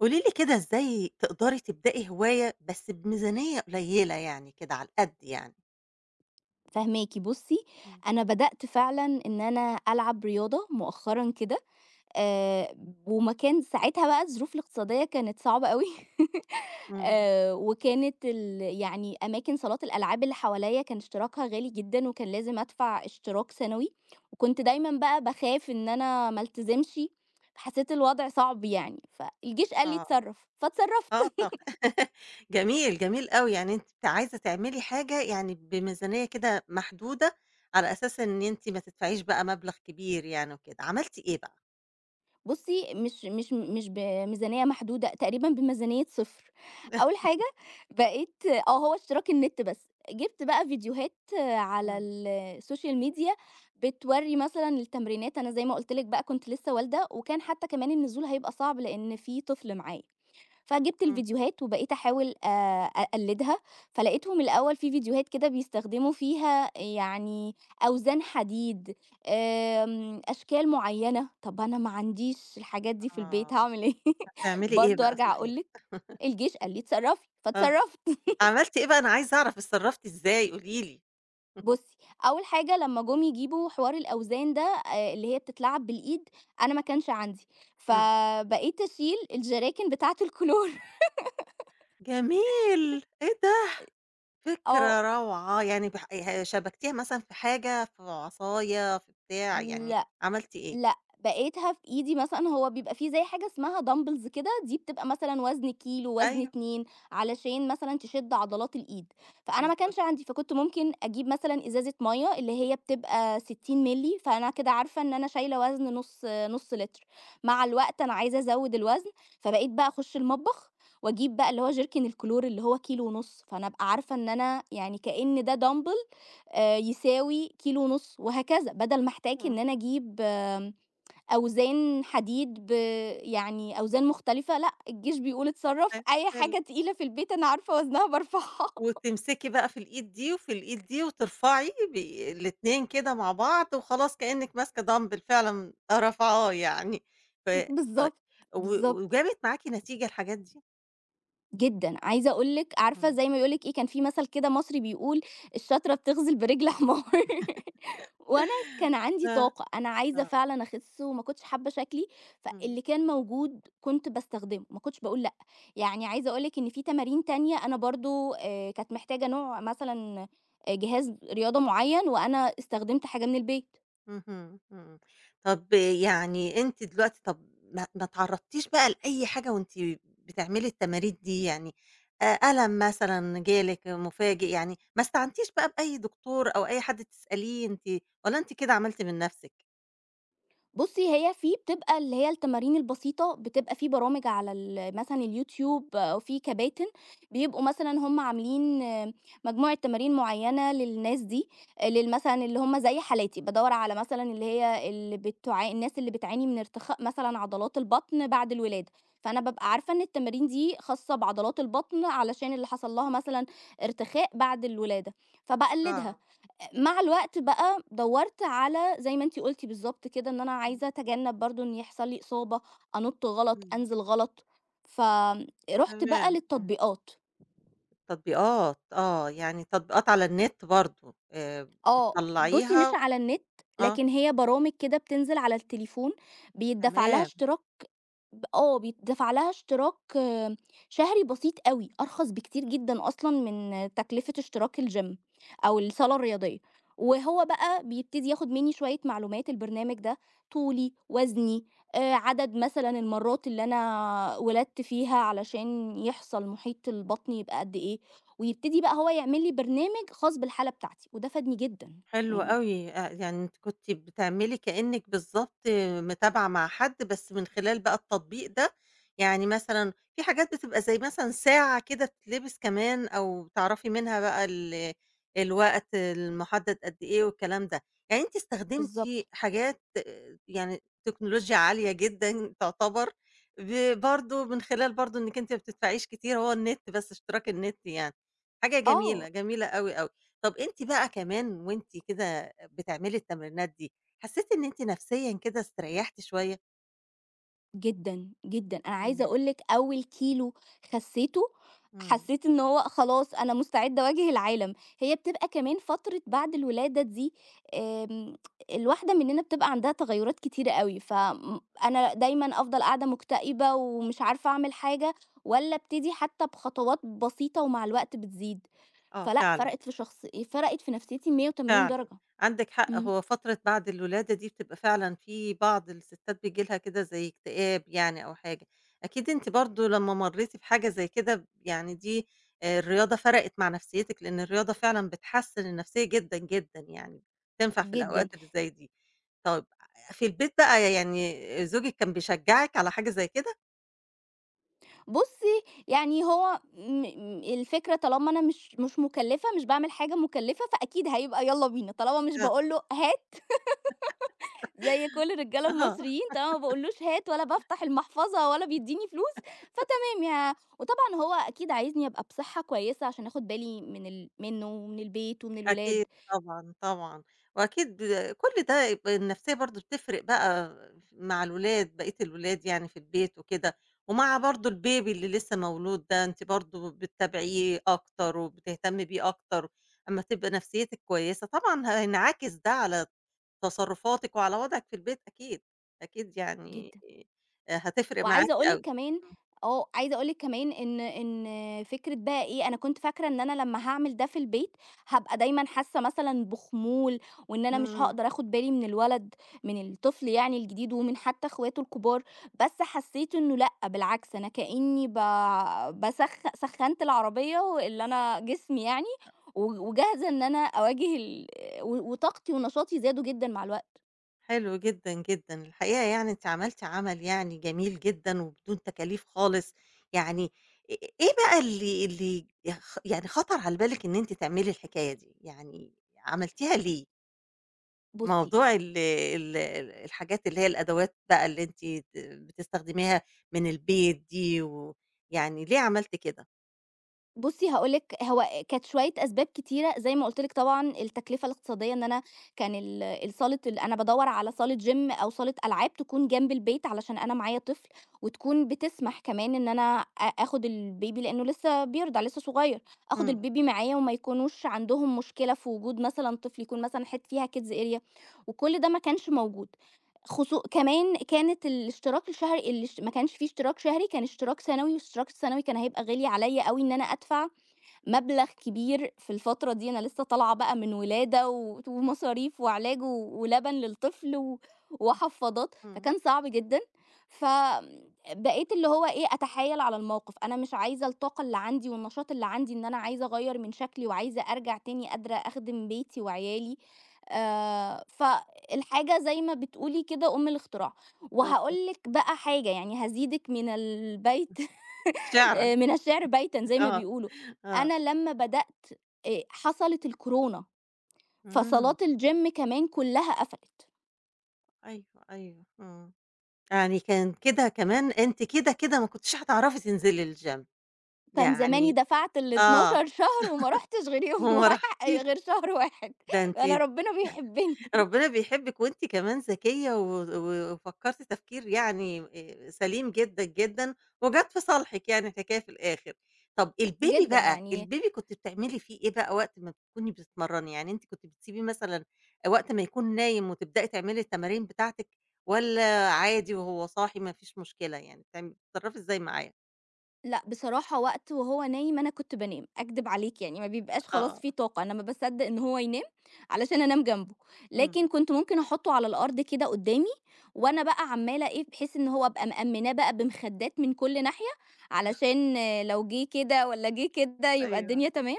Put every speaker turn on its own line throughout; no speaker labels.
قولي لي كده إزاي تقدري تبدئي هواية بس بميزانية قليلة يعني كده على القد يعني؟
فاهماكِ، بُصّي،
إمم.
أنا بدأت فعلًا إن أنا ألعب رياضة مؤخرًا كده، آآ، وما كان ساعتها بقى الظروف الاقتصادية كانت صعبة أوي
إمم.
وكانت ال يعني أماكن صالات الألعاب اللي حواليّا كان اشتراكها غالي جدًا، وكان لازم أدفع اشتراك سنوي، وكنت دايمًا بقى باخاف إن أنا ما التزمش، فحسيت الوضع صعب يعني، فالجيش قال لي
آه.
اتصرّف،
آه
فاتصرّفت.
طب جميل، جميل أوي. يعني أنتِ عايزة تعملي حاجة يعني بميزانية كده محدودة، على أساس إن أنتِ ما تدفعيش بقى مبلغ كبير يعني وكده. عملتِ إيه بقى؟
بُصّي، مش بميزانية محدودة، تقريبًا بميزانية 0. أول حاجة بقيت آه، هو اشتراك النت بس، جِبت بقى فيديوهات على
إمم.
السوشيال ميديا بتورّي مثلًا التمرينات، أنا زي ما قُلت لِك بقى كنت لسه والدة، وكان حتى كمان النزول هيبقى صعب لإن في طفل معايا. فجِبت
إمم.
الفيديوهات وبقيت أحاول أقلّدها، فلقيتهم الأول في فيديوهات كده بيستخدموا فيها يعني أوزان حديد، أشكال معيّنة، طَب أنا ما عنديش الحاجات دي في
آه.
البيت هاعمل إيه؟
هتعملي إيه
برضه
بقى
أرجع
صحيح؟
أقول لِك الجيش قال لي: "اتصرّفي."
آه.
فاتصرّفت.
عملتِ إيه بقى؟ أنا عايزة أعرف اتصرّفتِ إزاي قولي لي؟
بُصّي، أول حاجة لمّا جُم يجيبوا حوار الأوزان ده اللي هي بتتلعب بالإيد، أنا ما كانش عندي،
إمم.
فبقيت أشيل الجراكن بتاعة الكلور.
جميل! إيه ده؟!
آه.
فكرة روعة، يعني بح ه شبكتيها مثلًا في حاجة، في عصاية، في بتاع، يعني
ل
عملتِ إيه؟
لأ، بقيتها في إيدي مثلًا هو بيبقى في زي حاجة اسمها dumbbells كده، دي بتبقى مثلًا وزن كيلو، وزن
أيوه
2 علشان مثلًا تشد عضلات الإيد، فأنا ما
بالضبط،
كانش عندي، فكنت ممكن أجيب مثلًا إزازة مَيّة اللي هي بتبقى 60 مِلِّي، فأنا كده عارفة إن أنا شايلة وزن نُص لتر، مع الوقت أنا عايزة أزوّد الوزن، فبقيت بقى أخُش المطبخ وأجيب بقى اللي هو جيركن الكلور اللي هو كيلو ونُص، فأنا أبقى عارفة إن أنا يعني كأن ده dumbbell يساوي كيلو ونُص وهكذا، بدل ما أحتاج
إمم،
إن أنا أجيب أوزان حديد يعني أوزان مختلفة، لأ، الجيش بيقول اتصرّف،
حلو،
أي
حلو،
حاجة تقيلة في البيت أنا عارفة وزنها بارفعها.
وتمسكي بقى في الإيد دي وفي الإيد دي وترفعي الاتنين كده مع بعض وخلاص كأنِك ماسكة دمبل فعلًا رافعاه يعني، ف طيب
بالضبط،
و
بالضبط.
وجابت معاكِ نتيجة الحاجات دي؟
جدًا، عايزة أقول لِك عارفة
إمم.
زي ما بيقول لِك إيه، كان في مثل كده مصري بيقول: "الشاطرة بتغزل برجل حمار." وأنا كان عندي
آه،
طاقة، أنا عايزة
آه،
فعلًا أخِس وما كنتش حابة شكلي،
إمم.
فاللي كان موجود كنت باستخدمه، ما كنتش باقول لأ. يعني عايزة أقول لِك إن في تمارين تانية أنا برضه كانت محتاجة نوع مثلًا جهاز رياضة معيّن وأنا استخدمت حاجة من البيت.
اهم، إمم. طب يعني أنتِ دلوقتي طب ما اتعرضتيش بقى لأي حاجة وأنتِ بتعملي التمارين دي؟ يعني أ ألم مثلًا جالِك مفاجئ، يعني ما استعنتيش بقى بأي دكتور أو أي حد تسأليه أنتِ والّا أنتِ كده عملتِ من نفسِك؟
بُصّي، هي في بتبقى اللي هي التمارين البسيطة، بتبقى في برامج على ال مثلًا اليوتيوب أو في كباتن بيبقوا مثلًا هم عاملين آه، مجموعة تمارين معيّنة للناس دي، آه، لل مثلًا اللي هم زي حالاتي، بادوّر على مثلًا اللي هي اللي بتع الناس اللي بتعاني من ارتخاء مثلًا عضلات البطن بعد الولادة، فأنا بابقى عارفة إن التمارين دي خاصة بعضلات البطن علشان اللي حصل لها مثلًا ارتخاء بعد الولادة، فباقلّدها.
آه.
مع الوقت بقى دَوّرت على زي ما أنتِ قُلتِ بالضبط كده، إن أنا
إمم.
عايزة أتجنّب برضه إن يحصل لي إصابة، أنُط غلط،
إمم.
أنزل غلط، فرُحت
تمام.
بقى
إمم.
للتطبيقات.
تطبيقات، آه. يعني تطبيقات على النت برضه
آه، بُصّي مش
بتطلّعيها
على النت،
آه،
لكن هي برامج كده بتنزل على التليفون بيتدفع لها
تمام.
اشتراك آه، بيتدفع لها اشتراك آه، شهري بسيط أوي، أرخص بكتير جدًا أصلًا من آه، تكلفة اشتراك الgym أو الصالة الرياضية، وهو بقى بيبتدي ياخد منّي شوية معلومات البرنامج ده، طولي، وزني، عدد مثلًا المرات اللي أنا ولدت فيها علشان يحصل محيط البطن يبقى قد إيه، ويبتدي بقى هو يعمل لي برنامج خاص بالحالة بتاعتي، وده فادني جدًا،
حلو
يعني
أوي، يعني أنتِ كنتِ بتعملي كإنِّك بالضبط متابعة مع حد، بس من خلال بقى التطبيق ده، يعني مثلًا في حاجات بتبقى زي مثلًا ساعة كده بتتلبس كمان أو تعرفي منها بقى الوقت المحدد قد إيه والكلام ده، يعني أنتِ استخدمتِ
بالضبط.
حاجات يعني تكنولوجيا عالية جدًا تعتبر، برضه من خلال برضه إنِّك أنتِ ما بتدفعيش كتير، هو النت بس اشتراك النت يعني، حاجة
آه.
جميلة، جميلة أوي، أوي. طب أنتِ بقى كمان وأنتِ كده بتعملي التمرينات دي، حسيتِ إن أنتِ نفسيًا كده استريحتِ شوية؟
جدًا، جدًا. أنا عايزة
إمم،
أقول لِك أول كيلو خسّيته،
إمم،
حسّيت إن هو خلاص أنا مستعدة أواجه العالم. هي بتبقى كمان فترة بعد الولادة دي آمم، الواحدة مننا بتبقى عندها تغيُّرات كتيرة أوي، أنا دايمًا أفضل قاعدة مكتئبة ومش عارفة أعمل حاجة والّا أبتدي حتّى بخطوات بسيطة ومع الوقت بتزيد.
آه
فلأ،
فعلًا،
فرقِت في شخص فرقِت في نفسيتي 180
فعلًا،
درجة.
عندِك حق،
إمم،
هو فترة بعد الولادة دي بتبقى فعلًا في بعض الستات بييجي لها كده زي اكتئاب يعني أو حاجة، أكيد أنتِ برضه لمّا مرّيتِ بحاجة زي كده يعني دي الرياضة فرقِت مع نفسيتِك، لإن الرياضة فعلًا بتحسّن النفسية جدًا، جدًا يعني، تنفع في
جدًا.
الأوقات اللي زي دي. طب في البيت بقى يعني زوجِك كان بيشجّعِك على حاجة زي كده؟
بُصّي، يعني هو م م الفكرة طالما أنا مش مُكلّفة، مش باعمل حاجة مُكلّفة، فأكيد هيبقى يالّا بينا، طالما مش
آه،
باقول له هات زي كل الرجالة
أها.
المصريين، طالما ما باقولوش هات ولا بافتح المحفظة ولا بيدّيني فلوس، فتمام يا وطبعًا هو أكيد عايزني أبقى بصحة كويسة عشان آخُد بالي من منّه ومن البيت ومن الولاد.
أكيد طبعًا، طبعًا، وأكيد كل ده النفسية برضه بتفرق بقى مع الولاد، بقية الولاد يعني في البيت وكده، ومع برضه البيبي اللي لسه مولود ده أنتِ برضه بتتابعيه أكتر وبتهتمي بيه أكتر، أمّا تبقى نفسيتِك كويسة طبعًا هينعكس ده على تصرفاتِك وعلى وضعِك في البيت أكيد، أكيد يعني
جدًا.
هتفرق معاكِ
وعايزة أقول لِك
أوي.
كمان آه، عايزة أقول لِك كمان إن فكرة بقى إيه، أنا كنت فاكرة إن أنا لمّا هاعمل ده في البيت، هابقى دايمًا حاسة مثلًا بخمول، وإن
إمم،
أنا مش
إمم.
هاقدر آخُد بالي من الولد من الطفل يعني الجديد ومن حتى إخواته الكبار، بس حسيت إنه لأ، بالعكس أنا كإني ب باسخ سخّنت العربية اللي أنا جسمي يعني و وجاهزة إن أنا أواجه ال و وطاقتي ونشاطي زادوا جدًا مع الوقت.
حلو جدًا، جدًا. الحقيقة يعني أنتِ عملتِ عمل يعني جميل جدًا وبدون تكاليف خالص، يعني إيه بقى اللي يعني خطر على بالِك إن أنتِ تعملي الحكاية دي، يعني عملتيها ليه؟
بُصي
موضوع ال ال الحاجات اللي هي الأدوات بقى اللي أنتِ بتستخدميها من البيت دي ويعني ليه عملتِ كده؟
بُصّي هاقول لِك، هو كانت شوية أسباب كتيرة، زي ما قُلت لِك طبعًا التكلفة الاقتصادية إن أنا كان ال الصالة ال أنا بادوّر على صالة gym أو صالة ألعاب تكون جنب البيت، علشان أنا معايا طفل، وتكون بتسمح كمان إن أنا أ آخُد البيبي لإنه لسه بيرضع، لسه صغير، آخُد
إمم،
البيبي معايا وما يكونوش عندهم مشكلة في وجود مثلًا طفل، يكون مثلًا فيها kids area وكل ده ما كانش موجود، كمان كانت الاشتراك الشهري ما كانش في اشتراك شهري، كان اشتراك سنوي، والاشتراك السنوي كان هيبقى غالي عليّا أوي إن أنا أدفع مبلغ كبير في الفترة دي أنا لسه طالعة بقى من ولادة ومصاريف وعلاج ولبن للطفل وحفاضات،
إمم،
فكان صعب جدًا، بقيت اللي هو إيه، أتحايل على الموقف، أنا مش عايزة الطاقة اللي عندي والنشاط اللي عندي إن أنا عايزة أغيّر من شكلي وعايزة أرجع تاني قادرة أخدم بيتي وعيالي، فالحاجة زي ما بتقولي كده أم الاختراع.
بالضبط
وهاقول لِك بقى حاجة يعني هازيدِك من البيت
شعرًا،
من الشِعر بيتًا زي ما
آه،
بيقولوا.
آه،
أنا لمّا بدأت حصلت الكورونا،
إمم،
فصالات الgym كمان كُلّها قفلت،
أيوه، أيوه، إمم. يعني كان كده كمان أنتِ كده، ما كنتيش هتعرفي تنزلي الgym
كان زماني
يعني
دفعت
آه،
ال12 شهر وما رُحتش غير يوم
وما رحتيش،
غير شهر واحد.
ده
أنا
أنتِ
ربنا بيحبّني
ربنا بيحبِّك وأنتِ كمان ذكية و و وفكّرتِ تفكير يعني سليم جدًا، جدًا وجات في صالحِك يعني الحكاية في الآخر. طَب الBaby
جدًا
بقى،
يعني
الBaby كنتِ بتعملي فيه إيه بقى وقت ما بتكوني بتتمرّني؟ يعني أنتِ كنتِ بتسيبيه مثلًا وقت ما يكون نايم وتبدئي تعملي التمارين بتاعتِك والّا عادي وهو صاحي ما فيش مشكلة يعني، بتتصرّفي إزاي معاه؟
لأ، بصراحة وقت وهو نايم أنا كنت بانام، أكدب عليك يعني ما بيبقاش خلاص
آه.
في طاقة، أنا ما باصدق إن هو ينام علشان أنام جنبه،
إمم،
لكن كنت ممكن أحطه على الأرض كده قدّامي، وأنا بقى عمّالة إيه، بحيث إن هو أبقى مأمناه بقى بمخدات من كل ناحية، علشان آه، لو جه كده والّا جه كده يبقى
أيوه،
الدنيا تمام،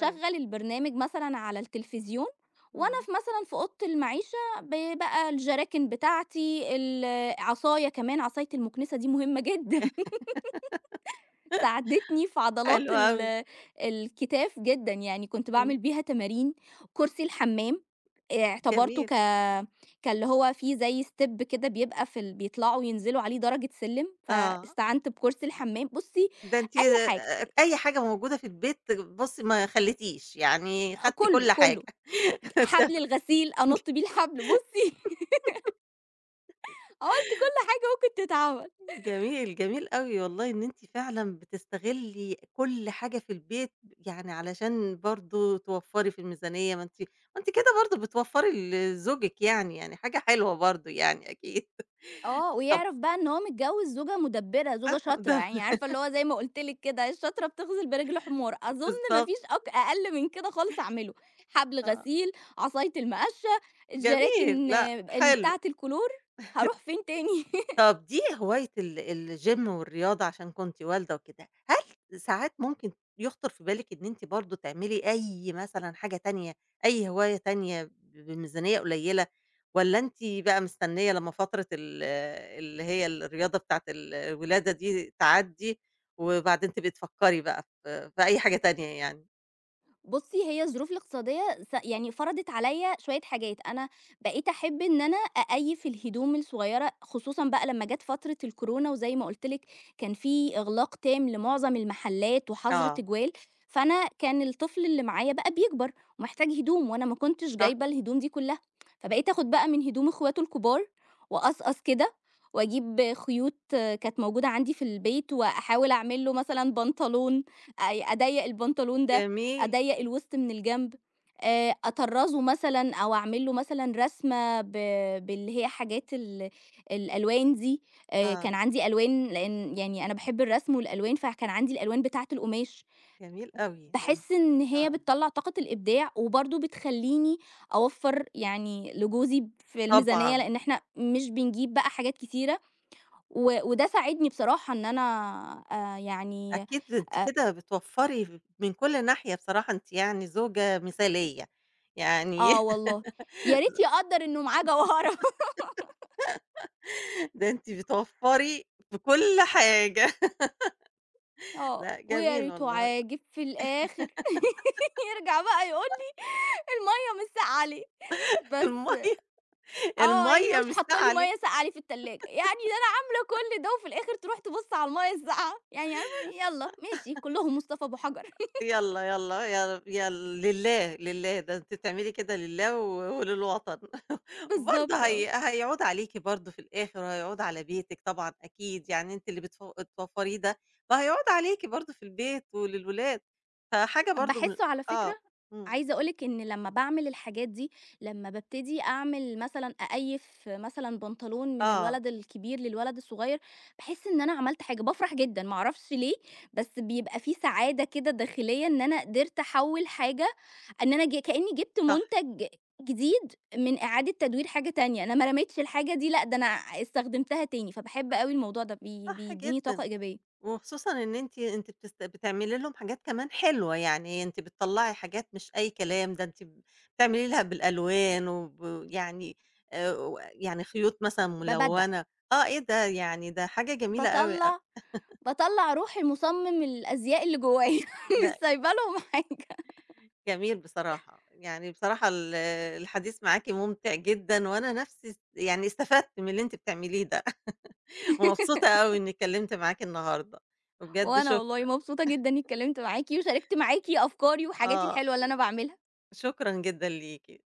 أيوه،
البرنامج مثلًا على التلفزيون، وأنا
إمم،
في مثلًا في أوضة المعيشة بقى الجراكن بتاعتي، عصاية كمان، عصاية المكنسة دي مهمة جدًا. ساعدتني في عضلات
حلو أوي،
الكتاف جدًا، يعني كنت
إمم،
باعمل بيها تمارين، كرسي الحمام اعتبرته
جميل،
ك كاللي هو فيه زي step كده بيبقى في بيطلعوا ينزلوا عليه درجة سلِّم،
آه،
فاستعنت بكرسي الحمام، بُصّي
ده أنتِ
أي حاجة،
أي حاجة موجودة في البيت بُصّي ما خلّيتيش، يعني خدتِ كل حاجة.
كلّه، حبل الغسيل أنُط بيه الحبل، بُصّي عملت كل حاجة ممكن تتعمل.
جميل، جميل أوي والله إن أنتِ فعلًا بتستغلّي كل حاجة في البيت، يعني علشان برضه توفّري في الميزانية، ما أنتِ كده برضه بتوفّري لزوجِك يعني، يعني حاجة حلوة برضه يعني أكيد.
آه،
طب
ويعرف بقى إن هو متجوّز زوجة مُدبِّرة،
آه،
زوجة شاطرة،
ده
يعني عارفة اللي هو زي ما قُلت لِك كده، الشاطرة بتغزل برجل حمار، أظُن ما
بالضبط،
فيش أقل من كده خالص أعمله، حبل
آه،
غسيل، عصاية المَقشّة،
جميل،
الجراكن
لأ،
آه، ال
حلو.
بتاعة الكلور، هاروح فين تاني؟
طب دي هواية الgym والرياضة عشان كنتِ والدة وكده، هل ساعات ممكن يخطر في بالِك إن أنتِ برضه تعملي أي مثلًا حاجة تانية، أي هواية تانية بميزانية قليلة، والّا أنتِ بقى مستنية لمّا فترة اللي هي الرياضة بتاعة الولادة دي تعدّي، وبعدين تبقي تفكّري بقى في أي حاجة تانية يعني؟
بُصّي، هي الظروف الاقتصادية يعني فرضِت عليّا شوية حاجات، أنا بقيت أحب إن أنا أقيّف الهدوم الصغيرة، خصوصًا بقى لمّا جات فترة الكورونا وزي ما قُلت لِك كان في إغلاق تام لمُعظم المحلات وحظر
آه،
تجوال، فأنا كان الطفل اللي معايا بقى بيكبر ومحتاج هدوم وأنا ما كنتش
صح،
جايبة الهدوم دي كُلّها،
إمم،
فبقيت آخُد بقى من هدوم إخواته الكبار وأقصقص كده وأجيب خيوط آه، كانت موجودة عندي في البيت وأحاول أعمل له مثلًا بنطلون، أضيّق البنطلون ده
جميل،
أضيّق الوسط من الجنب، أطرّزه مثلًا أو أعمل له مثلًا رسمة باللي هي حاجات الألوان دي، كان
آه،
عندي ألوان لإن يعني أنا باحب الرسم والألوان، فكان عندي الألوان بتاعة القماش.
جميل أوي،
باحس إن هي
آه،
بتطلّع طاقة الإبداع، وبرضه بتخلّيني أوفّر يعني لجوزي في الميزانية،
طبعًا.
لإن إحنا مش بنجيب بقى حاجات كتيرة، وده ساعدني بصراحة إن أنا يعني
أكيد أنتِ
أ
كده بتوفّري من كل ناحية بصراحة، أنتِ يعني زوجة مثالية، يعني
آه والله، يا ريت يقدّر إنه معاه جوهرة.
ده أنتِ بتوفّري في كل حاجة،
آه،
لأ
ويا
جميل
ريته
والله
عاجب في الآخر يرجع بقى يقول لي المَيّة مش ساقعة ليه؟ بس
المَيّة
آه، هي
المَيّة
مش
مش
حاطة
ساعة
لي
عليكِ
مَيّة ساقعة ليه في التلاجة، يعني ده أنا عاملة كل ده وفي الآخر تروح تبُص على المَيّة الساقعة، يعني عارفة يالّا ماشي كلّهم مصطفى أبو حجر
يالّا، يالّا، يا يا لله، لله، ده أنتِ تعملي كده لله وللوطن وبرضه
بالضبط آه.
هي هيعود عليكِ برضه في الآخر وهيعود على بيتِك طبعًا أكيد، يعني أنتِ اللي بتوفّريه ده، فهيعود عليكِ برضه في البيت وللولاد، فحاجة برضه من
باحسه على فكرة،
آه، إمم،
عايزة أقول لِك إن لمّا باعمل الحاجات دي، لمّا بابتدي أعمل مثلًا أقيّف مثلًا بنطلون من
آه،
الولد الكبير للولد الصغير، باحس إن أنا عملت حاجة، بافرح جدًا، ما أعرفش ليه، بس بيبقى في سعادة كده داخلية إن أنا قدرت أحوّل حاجة إن أنا كإني جِبت
صح،
منتج جديد من إعادة تدوير حاجة تانية، أنا ما رميتش الحاجة دي، لأ ده أنا استخدمتها تاني، فباحب
صح،
أوي الموضوع ده،
صح
بيدّيني طاقة
جدًا.
إيجابية،
وخصوصًا إن أنتِ بتعملي لهم حاجات كمان حلوة، يعني أنتِ بتطلّعي حاجات مش أي كلام، ده أنتِ بتعملي لها بالألوان يعني و يعني خيوط مثلًا
بابدع،
ملونة، آه، إيه ده! يعني ده حاجة جميلة أوي
باطلّع باطلّع روحي مُصمِّم الأزياء اللي جوايا، مش
لأ،
سايبة لهم حاجة.
جميل بصراحة، يعني بصراحة الحديث معاكِ ممتع جدًا، وأنا نفسي يعني استفدت من اللي أنتِ بتعمليه ده، ومبسوطة أوي إني اتكلمت معاكِ النهارده، وبجد
وأنا والله
شكرًا،
مبسوطة جدًا إنّي اتكلّمت معاكِ وشاركت معاكِ أفكاري وحاجاتي
آه،
الحلوة اللي أنا باعملها.
شكرًا جدًا ليكِ.